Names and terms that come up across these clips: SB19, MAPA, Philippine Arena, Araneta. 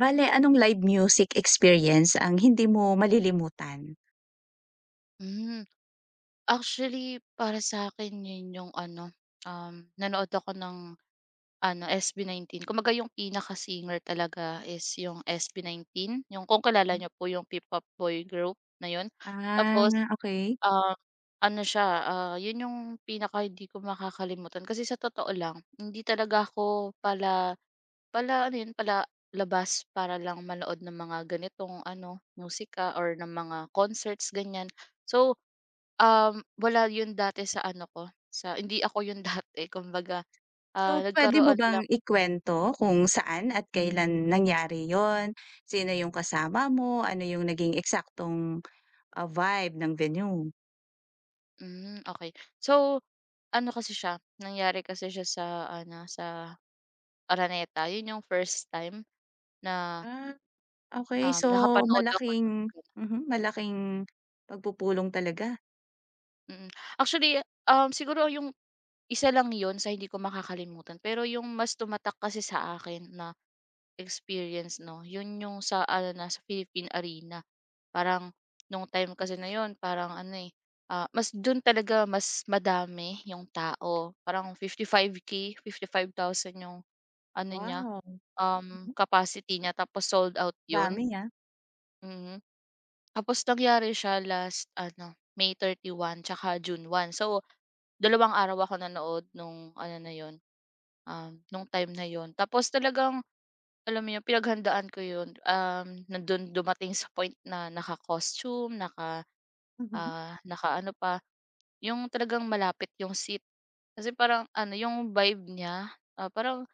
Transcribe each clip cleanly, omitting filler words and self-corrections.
Bale, anong live music experience ang hindi mo malilimutan? Hmm. Actually, para sa akin yun yung ano, nanood ako ng ano, SB19. Kumbaga yung pinaka-singer talaga is yung SB19 yung kung kilala nyo po yung P-pop boy group na yun. Tapos, Ah, okay. ah, ano siya, yun yung pinaka hindi ko makakalimutan. Kasi sa totoo lang, hindi talaga ako pala Pala ano yun pala labas para lang manood ng mga ganitong ano, musika or ng mga concerts ganyan. So, wala yun dati sa ano ko, sa hindi ako yun dati kumbaga, So, pwede mo nagkaroon bang lang. ikuwento kung saan at kailan nangyari 'yon? Sino yung kasama mo? Ano yung naging eksaktong, vibe ng venue? Hmm, okay. So, ano kasi siya, nangyari kasi siya sa ano, sa Araneta. Yun yung first time na, Ah, okay. So, nakapanood ako ng malaking gano'n. mhm, malaking pagpupulong talaga. Mm. Actually, siguro yung isa lang yun sa hindi ko makakalimutan, pero yung mas tumatak kasi sa akin na experience 'no, yun yung sa ano na, sa Philippine Arena. Parang nung time kasi na yun parang ano, eh, mas dun talaga mas madami yung tao. Parang 55K 55,000 yung ano niya, Wow, mhm, capacity niya tapos sold out yun. dami, ah. Mm. Tapos nangyari siya last ano, May 31 tsaka June 1. So, Dalawang araw ako nanood nung ano na yun, nung time na yun. Tapos talagang alam mo yun, pinaghandaan ko yun, nandun dumating sa point na naka-costume, naka, Mhm, naka-ano pa. Yung talagang malapit yung seat. Kasi parang ano, yung vibe niya, parang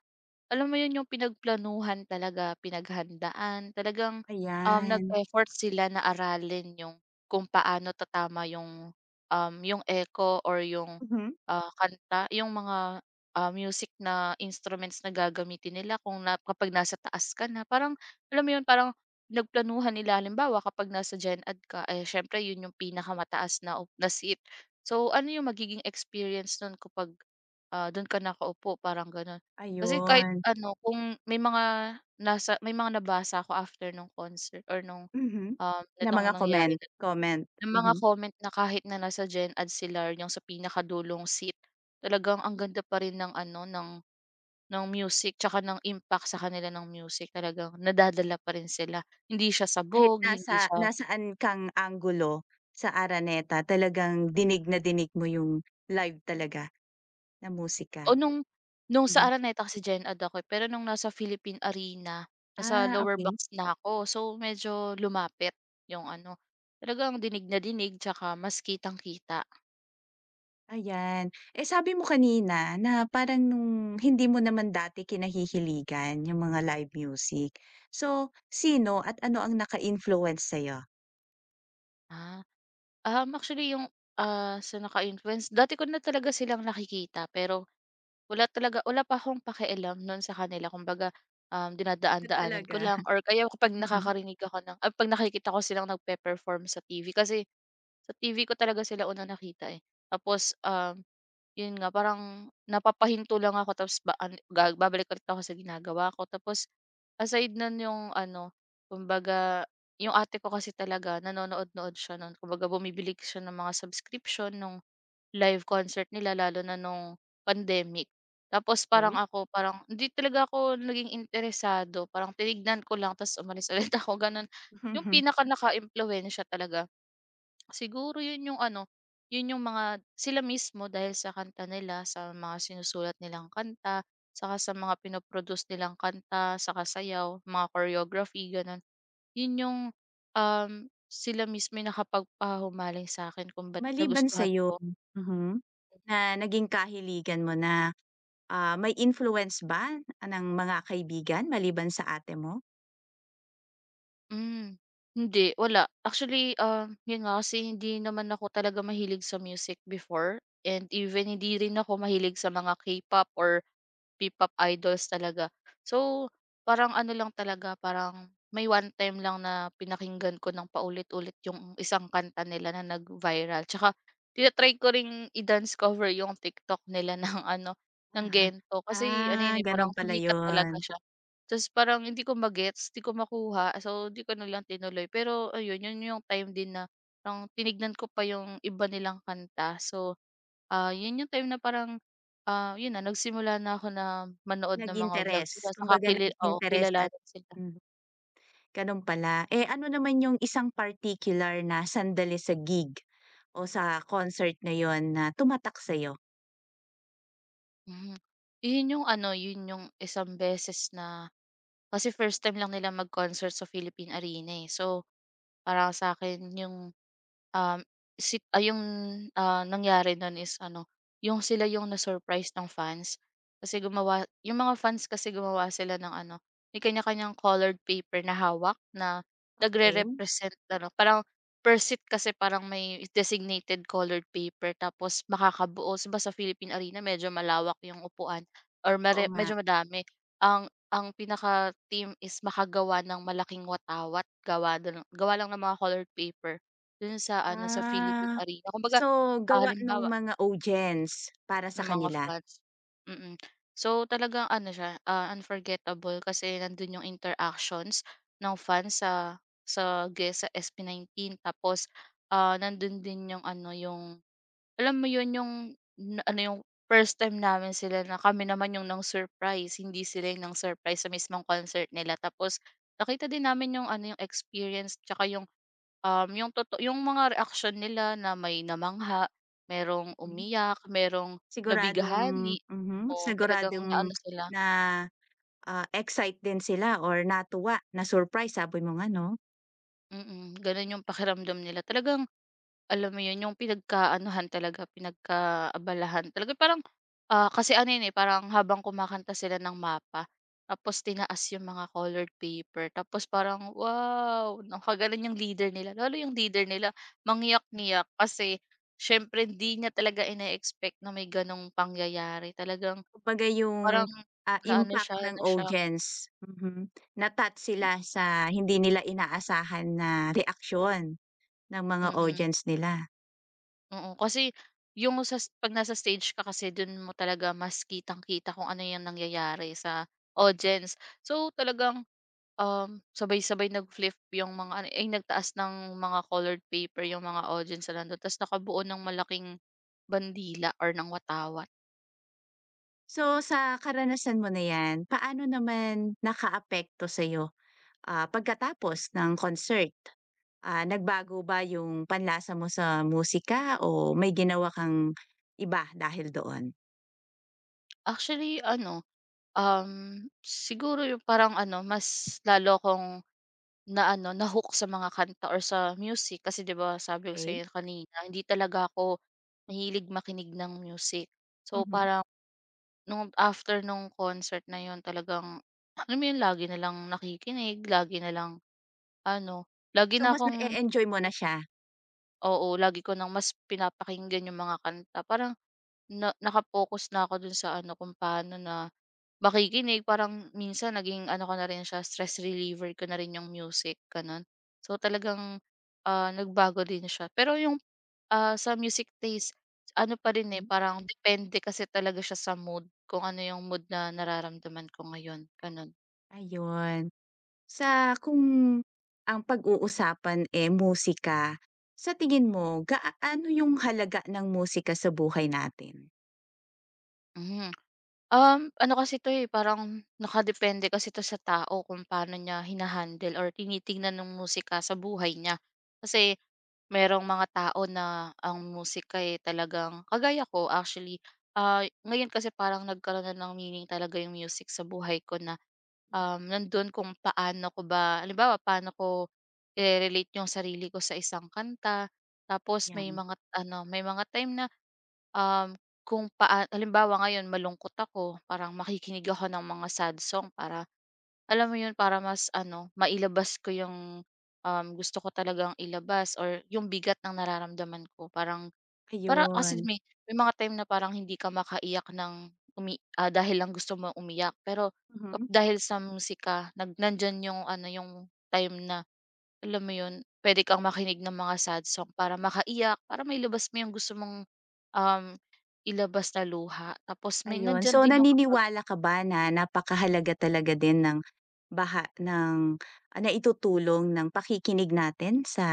alam mo yun yung pinagplanuhan talaga, pinaghandaan, talagang, ayan. nag-effort sila na aralin yung kung paano tatama yung, yung echo or yung, Mhm, kanta, yung mga, music na instruments na gagamitin nila kung na kapag nasa taas ka na. Parang alam mo yun, parang pinagplanuhan nila. Halimbawa, kapag nasa Gen Ed ka, eh, siyempre yun yung pinakamataas na op na seat. So, ano yung magiging experience nun kapag, dun ka nakaupo parang ganun? Kasi kahit ayun. ano kung may mga nasa may mga nabasa ako after nung concert or nung, Mhm, na mga nitong nangyari comment na 'to, comment. yung mga Mhm. comment na kahit na nasa Gen Ed sila or yung sa pinakadulong seat, talagang ang ganda pa rin ng ano, ng music tsaka ng impact sa kanila ng music talagang nadadala pa rin sila. Hindi siya Kahit sabog, hindi nasa siya. nasaan kang anggulo sa Araneta talagang dinig na dinig mo yung live talaga na musika. O nung sa Mhm. Araneta kasi Gen-Ed ako, eh, pero nung nasa Philippine Arena, nasa Ah, lower box okey, na ako. So, medyo lumapit yung ano, talagang dinig na dinig 'tsaka mas kitang-kita. ayan. Eh, sabi mo kanina na parang nung hindi mo naman dati kinahihiligan yung mga live music. So, sino at ano ang naka-influence sa'yo? Ah. Actually yung, sa naka-influence dati ko na talaga silang nakikita pero wala talaga wala pa akong pakialam noon sa kanila kumbaga, Na dinadaan-daanan ko talaga. lang or kaya kapag Mhm, nakakarinig ako ng 'pag nakikita ko silang nagpe-perform sa TV kasi sa TV ko talaga sila unang nakita, eh. Tapos, yun nga parang napapahinto lang ako tapos ba an ga babalik ulit ako sa ginagawa ko. Tapos aside nun yung ano, kumbaga yung ate ko kasi talaga nanonood-nood siya nun. Kumbaga bumibili siya ng mga subscription nung live concert nila lalo na nung pandemic. Tapos parang okey. ako, parang hindi talaga ako naging interesado, parang tinignan ko lang tapos umalis ulit ako, ganun. Yung Mhm. pinaka naka-impluwensiya talaga. Siguro 'yun yung ano, 'yun yung mga sila mismo dahil sa kanta nila, sa mga sinusulat nilang kanta, saka sa mga pinoproduce nilang kanta, saka sayaw, mga choreography gano'n. 'Yun yung, um, sila mismo yung nakapagpahumaling sa akin kung ba't Maliban nagustuhan sa'yo, ko. mhm, na naging kahiligan mo na. Ah, may influence ba ng mga kaibigan maliban sa ate mo? Hmm, hindi wala. Actually, 'yun nga kasi hindi naman ako talaga mahilig sa music before and even hindi rin ako mahilig sa mga K-pop or P-pop idols talaga. So, parang ano lang talaga, parang may one time lang na pinakinggan ko ng paulit-ulit yung isang kanta nila na nag-viral. Tsaka tina-try ko ring i-dance cover yung TikTok nila ng ano, ng uh gento. Kasi ano Ah, yun, eh, gano'n parang pala sumikat talaga 'yun. siya. Tapos parang hindi ko magets, hindi ko makuha. So, hindi ko na lang tinuloy. Pero ayun, yun yung time din na parang tinignan ko pa yung iba nilang kanta. So, yun yung time na parang yun na nagsimula na ako na manood ng mga vlog Nag-interes, sila saka kumbaga oo nag-interes at kilalanin sila. hmm, gano'n pala. Eh, ano naman 'yung isang particular na sandali sa gig o sa concert na yon na tumatak sa'yo? Mhm. Yun yung ano, yun yung isang beses na kasi first time lang nila mag-concert sa Philippine Arena, eh. So, para sa'kin yung Um, yung, nangyari nun is ano, yung sila yung na-surprise ng fans. Kasi gumawa yung mga fans kasi gumawa sila ng ano, may kanya-kanyang colored paper na hawak na Okey, nagre-represent ano, parang per seat kasi parang may designated colored paper tapos makakabuo 'di sa Philippine Arena medyo malawak yung upuan or oo nga. medyo madami. Ang pinaka-team is makagawa ng malaking watawat gawa dun gawa lang ng mga colored paper. Dun sa ano, sa Ah, Philippine Arena. Kumbaga, so gawa nung halimbawa mga audience para sa ng mga kanila? fans. Mm. So, talagang ano siya, unforgettable kasi nandun yung interactions ng fans sa guest sa SB19 tapos, nandun din yung ano, yung alam mo yun yung na ano yung first time namin sila na kami naman yung nang-surprise, hindi sila yung nang-surprise sa mismong concert nila. Tapos nakita din namin yung ano, yung experience tsaka yung, yung yung mga reaction nila na may namangha, merong Mhm. umiyak, merong Siguradong nabighani. mhm, O talagang siguradong naano sila. na. Ah, excite din sila or natuwa, na-surprise sabi mo nga 'no? Mm, gano'n yung pakiramdam nila. Talagang alam mo 'yun, yung pinagkaanuhan talaga, pinagkaabalahan. Talaga parang, kasi ano 'yun, eh, parang habang kumakanta sila ng MAPA tapos tinaas yung mga colored paper tapos parang, wow! Nakagano'n yung leader nila. Lalo yung leader nila mangiyak-ngiyak kasi siyempre hindi niya talaga ine-expect na may gano'ng pangyayari. Talagang Kumbaga yung, parang naano impact siya, ng na-shock. audience, mhm, na-touch sila Mm, sa hindi nila inaasahan na reaksyon ng mga mm. audience nila. Oo, kasi yung sa 'pag nasa stage ka kasi dun mo talaga mas kitang-kita kung ano yung nangyayari sa audience. So, talagang, sabay-sabay nag-flip yung mga ano, ay nagtaas ng mga colored paper yung mga audience na nandun ta's nakabuo ng malaking bandila or ng watawat. So, sa karanasan mo na 'yan, paano naman nakaapekto sa pagkatapos ng concert? Ah, nagbago ba yung panlasa mo sa musika o may ginawa kang iba dahil doon? Actually ano, siguro yung parang ano, mas lalo kong na ano, na-hook sa mga kanta or sa music kasi 'di ba sabi ko Okay. sa'yo kanina hindi talaga ako mahilig makinig ng music. So Mhm. parang nung after nung concert na yon talagang alam mo yun lagi na lang nakikinig, lagi na lang ano, lagi So, na mas na akong enjoy mo na siya? oo, lagi ko nang mas pinapakinggan yung mga kanta parang na nakapokus na ako dun sa ano kung paano na makikinig parang minsan naging ano ko na rin siya stress reliever ko na rin yung music gano'n. So talagang, nagbago din siya pero yung, sa music taste ano pa rin, eh, Hmm, parang depende kasi talaga siya sa mood kung ano yung mood na nararamdaman ko ngayon gano'n. ayun. Sa kung ang pag-uusapan, eh, musika, sa tingin mo gaano yung halaga ng musika sa buhay natin? Mhm, ano kasi 'to, eh, parang nakadepende kasi 'to sa tao kung paano niya hinahandle or tinitingnan ng musika sa buhay niya. Kasi merong mga tao na ang musika, eh, talagang kagaya ko actually, ngayon kasi parang nagkaroon na ng meaning talaga yung music sa buhay ko na nandun kung paano ko ba halimbawa paano ko ire-relate yung sarili ko sa isang kanta. Tapos may 'Yan, mga ano, may mga time na, um, kung halimbawa ngayon malungkot ako, parang makikinig ako ng mga sad song para alam mo yun, para mas ano, mailabas ko yung, gusto ko talagang ilabas or yung bigat ng nararamdaman ko. Parang para kasi ayun, may mga time na parang hindi ka makaiyak ng dahil lang gusto mong umiyak. Pero mhm, dahil sa musika nandiyan yung ano, yung time na alam mo yun, puwede kang makinig ng mga sad song para makaiyak, para mailabas mo yung gusto mong, um, ilabas na luha. Tapos may ayun. So, nandiyan din yung kapag. naniniwala ka ba na napakahalaga talaga din ng baha ng naitutulong ng pakikinig natin sa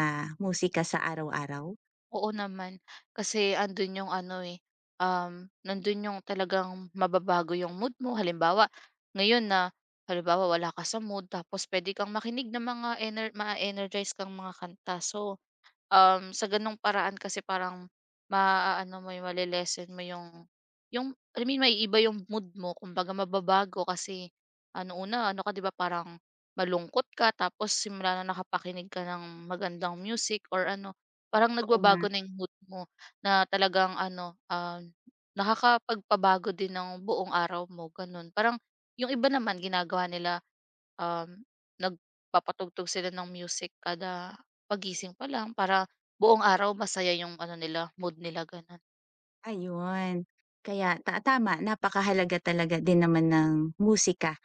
musika sa araw-araw? Oo naman, kasi andun yung ano, eh, nandun yung talagang mababago yung mood mo. Halimbawa, ngayon na halimbawa wala ka sa mood tapos puwede kang makinig ng mga ma-energize kang mga kanta. So, sa gano'ng paraan kasi parang maaano mo yung male-lessen mo yung I mean maiiba yung mood mo kumbaga mababago kasi ano, una ano ka 'di ba parang malungkot ka tapos simula na nakapakinig ka ng magandang music or ano, parang Oo nga, nagbabago na yung mood mo na talagang ano, nakakapagpabago din ng buong araw mo gano'n. Parang yung iba naman ginagawa nila Um, nagpapatugtog sila ng music kada pagising pa lang para buong araw masaya yung ano nila, mood nila gano'n. ayun. Kaya ta tama, napakahalaga talaga din naman ng musika.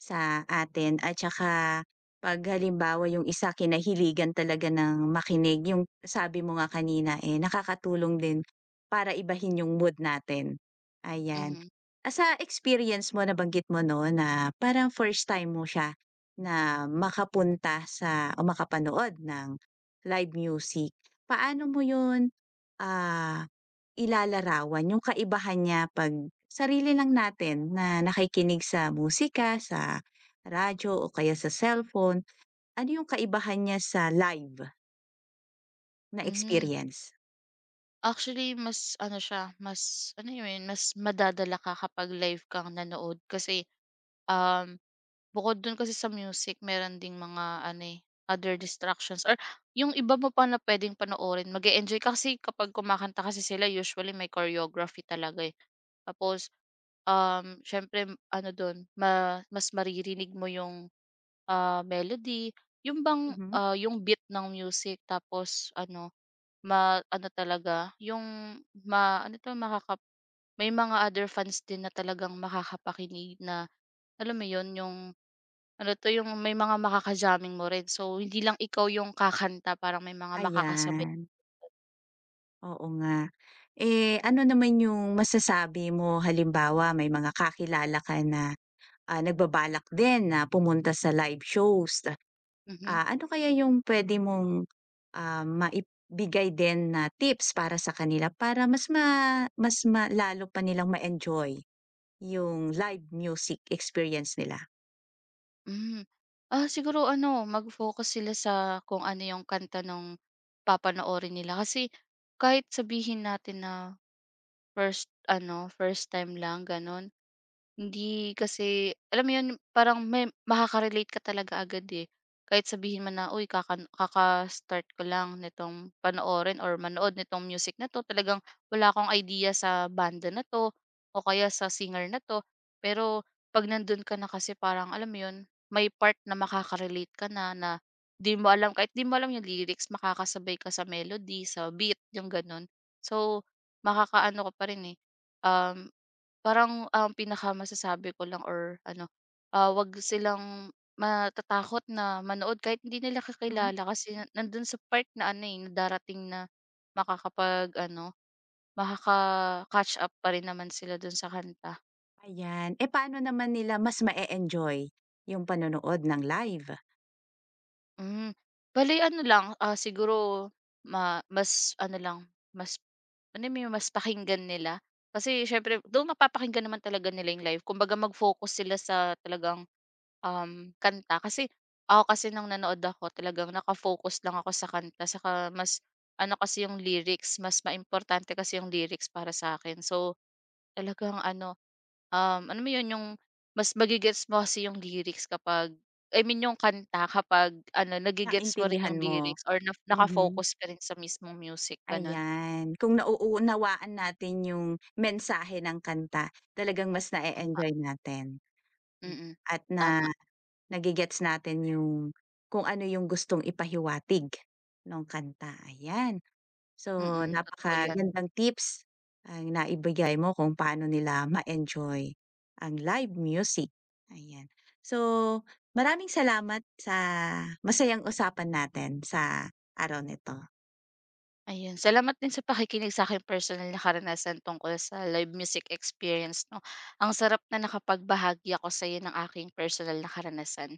Sa atin at saka 'pag halimbawa yung isa kinahiligan talaga ng makinig, yung sabi mo nga kanina, eh, nakakatulong din para ibahin yung mood natin, ayan. Mhm. Ah, sa experience mo nabanggit mo 'no na parang first time mo siya na makapunta sa o makapanood ng live music. Paano mo yun, ah, ilalarawan yung kaibahan niya 'pag sarili lang natin na nakikinig sa musika, sa radyo o kaya sa cellphone. Ano yung kaibahan niya sa live na Mhm. experience? Actually, mas ano siya, mas ano yun, eh, mas madadala ka kapag live kang nanood kasi, um, bukod dun kasi sa music meron ding mga ano, eh, other distractions or yung iba mo pa na pwedeng panoorin mag enjoy ka kasi kapag kumakanta kasi sila usually may choreography talaga, eh. Tapos, siyempre ano dun mas maririnig mo yung, melody, yung Mhm, yung beat ng music tapos ano ma-ano talaga, yung ano 'to, may mga other fans din na talagang makakapakinig na alam mo yun, yung ano 'to, yung may mga makaka-jamming mo rin. So, hindi lang ikaw yung kakanta, parang may mga makakasabay. ayan, oo nga. Eh, ano naman yung masasabi mo halimbawa may mga kakilala ka na ah, nagbabalak din na pumunta sa live shows. Mhm, Ah, ano kaya yung pwede mong, maibigay din na tips para sa kanila para mas ma lalo pa nilang ma-enjoy yung live music experience nila? hmm. Ah, siguro ano, mag-focus sila sa kung ano yung kanta nung papanoorin nila. Kasi kahit sabihin natin na first ano, first time lang, gano'n. Hindi kasi alam mo 'yun, parang may makaka-relate ka talaga agad, eh. Kahit sabihin man na, "Uy, kaka-start ko lang nitong panoorin or manood nitong music na 'to, talagang wala akong idea sa banda na 'to o kaya sa singer na 'to." Pero 'pag nandun ka na kasi parang alam mo 'yun, may part na makaka-relate ka na, na 'di mo alam kahit 'di mo alam yung lyrics, makakasabay ka sa melody, sa beat, yung gano'n. So, makakaano ko pa rin, eh, um, parang ang pinakamasasabi ko lang or ano, 'wag silang matatakot na manood kahit hindi nila Mhm. kakilala kasi na nandun sa part na ano, eh, na darating na makakapag-ano, makaka-catch up pa rin naman sila dun sa kanta. Ayan, eh, paano naman nila mas ma enjoy yung panonood ng live? Hmm, bale ano lang, siguro mas ano lang, mas alam may mas pakinggan nila. Kasi siyempre though mapapakinggan naman talaga nila yung live kumbaga mag-focus sila sa talagang kanta kasi ako kasi nang nanood ako talagang naka-focus lang ako sa kanta saka mas ano kasi yung lyrics, mas maimportante kasi yung lyrics para sa akin. So, talagang ano, alam mo yun yung mas mage mo kasi yung lyrics kapag I mean yung kanta kapag ano nage-gets mo rin Naintindihan yung mo? lyrics or na Mhm, naka-focus ka rin sa mismong music, ganun. ayan. Kung nauunawaan natin yung mensahe ng kanta, talagang mas na Um. enjoy natin. Hmm. Mm, At na tama. nage natin yung kung ano yung gustong ipahiwatig nung kanta, ayan. So, Mm, totoo yun. napakagandang tips ang naibigay mo kung paano nila ma-enjoy ang live music, ayan. So, maraming salamat sa masayang usapan natin sa araw nito. Ayun, salamat din sa pakikinig sa'king personal na karanasan tungkol sa live music experience 'no. Ang sarap na nakapagbahagi ako sa'yo ng aking personal na karanasan.